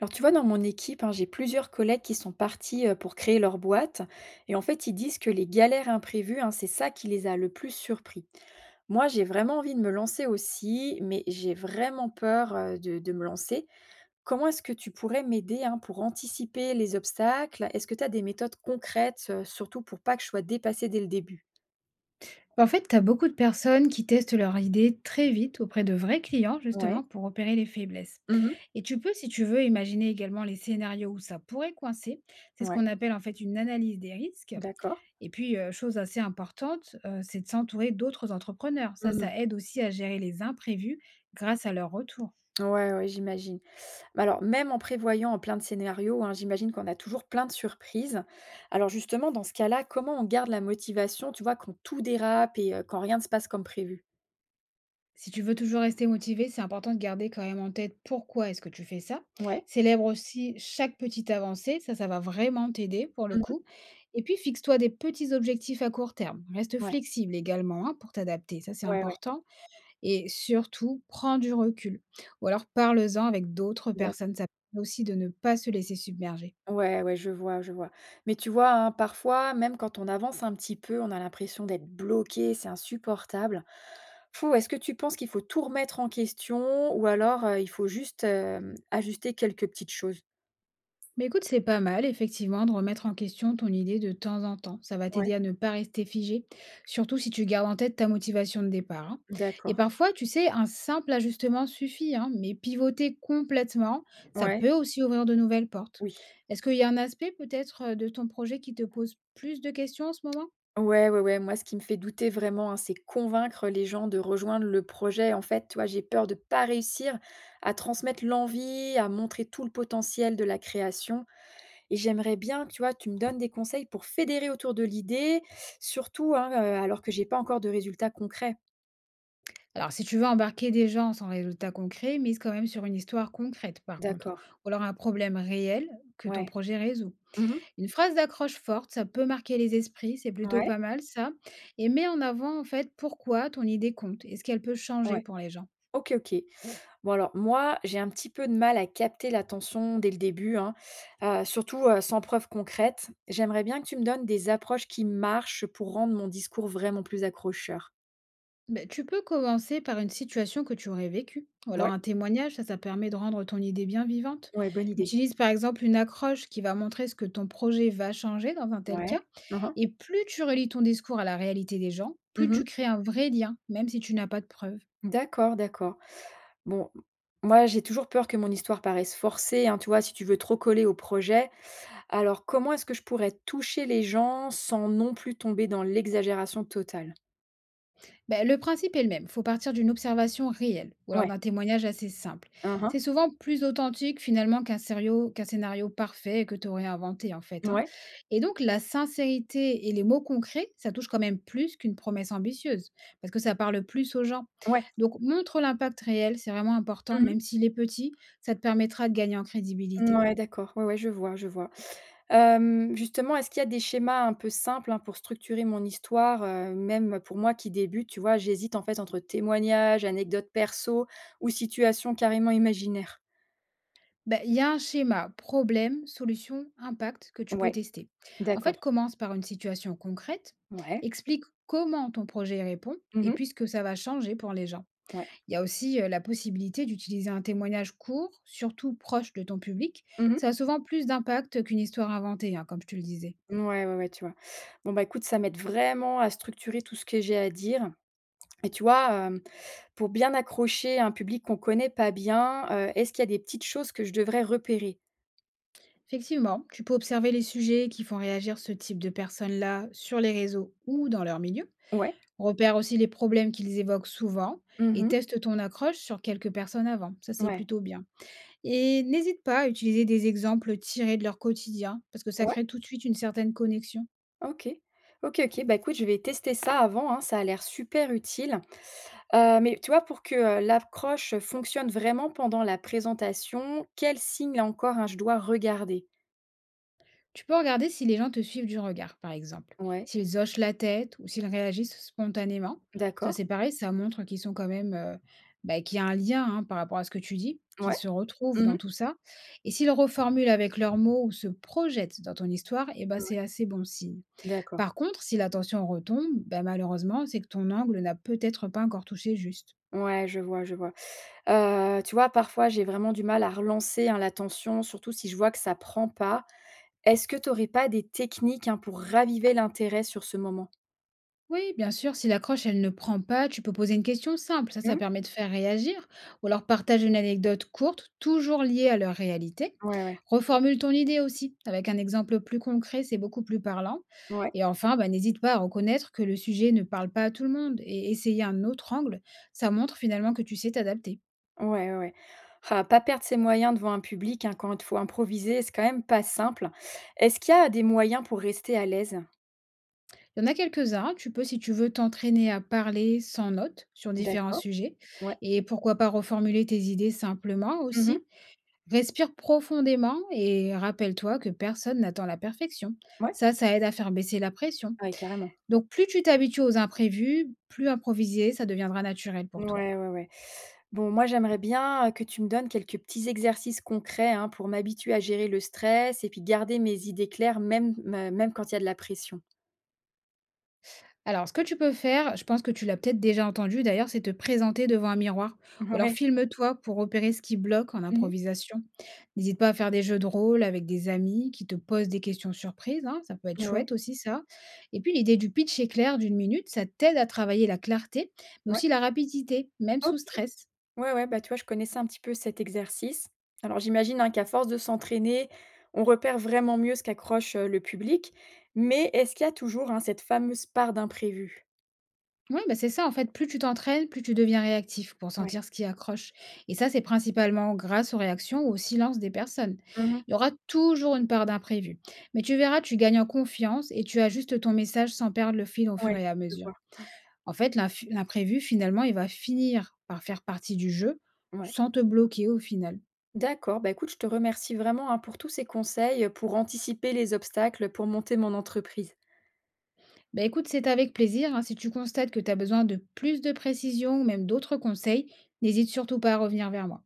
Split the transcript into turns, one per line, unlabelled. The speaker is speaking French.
Alors tu vois, dans mon équipe, hein, j'ai plusieurs collègues qui sont partis pour créer leur boîte. Et en fait, ils disent que les galères imprévues, hein, c'est ça qui les a le plus surpris. Moi, j'ai vraiment envie de me lancer aussi, mais j'ai vraiment peur de me lancer. Comment est-ce que tu pourrais m'aider, hein, pour anticiper les obstacles? Est-ce que tu as des méthodes concrètes, surtout pour pas que je sois dépassée dès le début?
En fait, tu as beaucoup de personnes qui testent leur idée très vite auprès de vrais clients,
Ouais.
justement, pour repérer les faiblesses.
Mhm.
Et tu peux, si tu veux, imaginer également les scénarios où ça pourrait coincer. C'est ce
Ouais.
qu'on appelle en fait une analyse des risques.
D'accord.
Et puis, chose assez importante, c'est de s'entourer d'autres entrepreneurs. Ça,
Mhm.
ça aide aussi à gérer les imprévus grâce à leur retour.
Ouais, ouais, j'imagine. Alors, même en prévoyant plein de scénarios, hein, j'imagine qu'on a toujours plein de surprises. Alors justement, dans ce cas-là, comment on garde la motivation, tu vois, quand tout dérape et quand rien ne se passe comme prévu?
Si tu veux toujours rester motivé, c'est important de garder quand même en tête pourquoi est-ce que tu fais ça.
Ouais.
Célèbre aussi chaque petite avancée, ça va vraiment t'aider pour le
Mmh.
coup. Et puis fixe-toi des petits objectifs à court terme. Reste
Ouais,
flexible également, hein, pour t'adapter, ça c'est
ouais, ouais.
important. Et surtout, prends du recul. Ou alors parle-en avec d'autres
D'acc.
personnes, ça permet aussi de ne pas se laisser submerger.
Ouais, ouais, je vois, je vois. Mais tu vois, hein, parfois, même quand on avance un petit peu, on a l'impression d'être bloqué, c'est insupportable. Fou, est-ce que tu penses qu'il faut tout remettre en question ou alors, il faut juste, ajuster quelques petites choses?
Mais écoute, c'est pas mal, effectivement, de remettre en question ton idée de temps en temps. Ça va
Ouais,
t'aider à ne pas rester figé, surtout si tu gardes en tête ta motivation de départ, hein. Et
d'accord.
parfois, tu sais, un simple ajustement suffit, hein, mais pivoter complètement, ça
Ouais,
peut aussi ouvrir de nouvelles portes.
oui.
Est-ce qu'il y a un aspect peut-être de ton projet qui te pose plus de questions en ce moment?
Ouais, ouais, ouais, moi, ce qui me fait douter vraiment, hein, c'est convaincre les gens de rejoindre le projet. En fait, tu vois, j'ai peur de pas réussir à transmettre l'envie, à montrer tout le potentiel de la création. Et j'aimerais bien, tu vois, tu me donnes des conseils pour fédérer autour de l'idée, surtout, hein, alors que j'ai pas encore de résultats concrets.
Alors, si tu veux embarquer des gens sans résultat concret, mise quand même sur une histoire concrète, par contre,
D'accord.
ou alors un problème réel que ton
Ouais.
projet résout.
Mmh.
Une phrase d'accroche forte, ça peut marquer les esprits, c'est plutôt
Ouais,
pas mal ça. Et mets en avant en fait pourquoi ton idée compte et ce qu'elle peut
ouais.
changer pour les gens.
OK, OK. Bon alors moi, j'ai un petit peu de mal à capter l'attention dès le début, hein, surtout, sans preuve concrète. J'aimerais bien que tu me donnes des approches qui marchent pour rendre mon discours vraiment plus accrocheur.
Ben, tu peux commencer par une situation que tu aurais vécue, ou
Ouais?
alors un témoignage, ça permet de rendre ton idée bien vivante.
Ouais, bonne idée.
Utilise par exemple une accroche qui va montrer ce que ton projet va changer dans un tel
Ouais.
cas.
Mmh mh.
Et plus tu relis ton discours à la réalité des gens, plus
Mmh.
tu crées un vrai lien, même si tu n'as pas de preuves.
D'accord, d'accord. Bon, moi, j'ai toujours peur que mon histoire paraisse forcée, hein, tu vois, si tu veux trop coller au projet. Alors comment est-ce que je pourrais toucher les gens sans non plus tomber dans l'exagération totale?
Ben, le principe est le même. Il faut partir d'une observation réelle ou alors
Ouais.
d'un témoignage assez simple.
Hein hein.
C'est souvent plus authentique finalement qu'un scénario parfait que tu aurais inventé en fait, hein.
Ouais.
Et donc la sincérité et les mots concrets, ça touche quand même plus qu'une promesse ambitieuse parce que ça parle plus aux gens.
Ouais.
Donc montre l'impact réel, c'est vraiment important,
Mmh.
même s'il est petit, ça te permettra de gagner en crédibilité.
Ouais, d'accord. Ouais, ouais, je vois, je vois. Justement, est-ce qu'il y a des schémas un peu simples, hein, pour structurer mon histoire, même pour moi qui débute, tu vois? J'hésite en fait entre témoignages, anecdotes perso ou situations carrément imaginaires.
Bah, il y a un schéma problème, solution, impact que tu peux
Ouais,
tester. En fait,
d'accord.
commence par une situation concrète,
Ouais.
explique comment ton projet y répond et
Mmh.
puis ce que ça va changer pour les gens.
Ouais.
Il y a aussi la possibilité d'utiliser un témoignage court, surtout proche de ton public.
Mmh.
Ça a souvent plus d'impact qu'une histoire inventée, hein, comme je te le disais.
Ouais, ouais, ouais, tu vois? Bon, bah, écoute, ça m'aide vraiment à structurer tout ce que j'ai à dire et tu vois, pour bien accrocher un public qu'on connaît pas bien, est-ce qu'il y a des petites choses que je devrais repérer?
Effectivement, tu peux observer les sujets qui font réagir ce type de personnes-là sur les réseaux ou dans leur milieu.
Ouais.
Repère aussi les problèmes qu'ils évoquent souvent et
Mmh.
teste ton accroche sur quelques personnes avant. Ça, c'est
Ouais.
plutôt bien. Et n'hésite pas à utiliser des exemples tirés de leur quotidien parce que ça
Ouais.
crée tout de suite une certaine connexion.
OK. OK, OK. Bah, écoute, je vais tester ça avant, hein, ça a l'air super utile. Mais tu vois, pour que, l'accroche fonctionne vraiment pendant la présentation, quel signe là encore, hein, je dois regarder?
Tu peux regarder si les gens te suivent du regard, par exemple,
Ouais,
s'ils hochent la tête ou s'ils réagissent spontanément. Ça,
d'accord.
c'est pareil, ça montre qu'ils sont quand même, bah, qu'il y a un lien, hein, par rapport à ce que tu dis, qu'ils
Ouais.
se retrouvent dans
Mmh.
tout ça. Et s'ils reformulent avec leurs mots ou se projettent dans ton histoire, eh ben,
Ouais,
c'est assez bon signe.
d'accord.
Par contre, si la tension retombe, bah, malheureusement, c'est que ton angle n'a peut-être pas encore touché juste.
Ouais, je vois, je vois. Tu vois, parfois, j'ai vraiment du mal à relancer, hein, l'attention, surtout si je vois que ça prend pas. Est-ce que tu aurais pas des techniques, hein, pour raviver l'intérêt sur ce moment?
Oui, bien sûr, si l'accroche, elle ne prend pas, tu peux poser une question simple, ça
Mmh?
permet de faire réagir, ou alors partage une anecdote courte, toujours liée à leur réalité.
Ouais, ouais.
Reformule ton idée aussi, avec un exemple plus concret, c'est beaucoup plus parlant.
Ouais.
Et enfin, bah, n'hésite pas à reconnaître que le sujet ne parle pas à tout le monde, et essayer un autre angle, ça montre finalement que tu sais t'adapter.
Ouais, ouais, ouais. Ah, pas perdre ses moyens devant un public, hein, quand il faut improviser, c'est quand même pas simple. Est-ce qu'il y a des moyens pour rester à l'aise?
Il y en a quelques-uns. Tu peux, si tu veux, t'entraîner à parler sans notes sur différents
D'accord,
sujets.
ouais.
Et pourquoi pas reformuler tes idées simplement
Mmh.
aussi. Respire profondément et rappelle-toi que personne n'attend la perfection.
Ouais.
Ça aide à faire baisser la pression.
Ouais, carrément.
Donc, plus tu t'habitues aux imprévus, plus improviser, ça deviendra naturel pour toi.
Ouais, ouais, ouais. Bon, moi, j'aimerais bien, que tu me donnes quelques petits exercices concrets, hein, pour m'habituer à gérer le stress et puis garder mes idées claires même quand il y a de la pression.
Alors, ce que tu peux faire, je pense que tu l'as peut-être déjà entendu d'ailleurs, c'est te présenter devant un miroir ou alors
Ouais.
filme-toi pour repérer ce qui bloque en
Mmh.
improvisation. N'hésite pas à faire des jeux de rôle avec des amis qui te posent des questions surprises, hein, ça peut être
Ouais, ouais.
chouette aussi ça. Et puis l'idée du pitch éclair d'1 minute, ça t'aide à travailler la clarté, mais
Ouais.
aussi la rapidité, même
OK.
sous stress.
Ouais, ouais, bah, tu vois, je connaissais un petit peu cet exercice. Alors j'imagine, hein, qu'à force de s'entraîner, on repère vraiment mieux ce qu'accroche, le public. Mais est-ce qu'il y a toujours, hein, cette fameuse part d'imprévu?
Oui, bah, c'est ça en fait, plus tu t'entraînes, plus tu deviens réactif pour
Ouais.
sentir ce qui accroche. Et ça, c'est principalement grâce aux réactions ou au silence des personnes.
Mmh.
Il y aura toujours une part d'imprévu. Mais tu verras, tu gagnes en confiance et tu ajustes ton message sans perdre le fil au fur
Ouais,
et à
je
mesure.
vois.
En fait, l'imprévu, finalement, il va finir par faire partie du jeu
Ouais.
sans te bloquer au final.
D'accord, bah, écoute, je te remercie vraiment, hein, pour tous ces conseils, pour anticiper les obstacles, pour monter mon entreprise.
Bah écoute, c'est avec plaisir, hein. Si tu constates que tu as besoin de plus de précision ou même d'autres conseils, n'hésite surtout pas à revenir vers moi.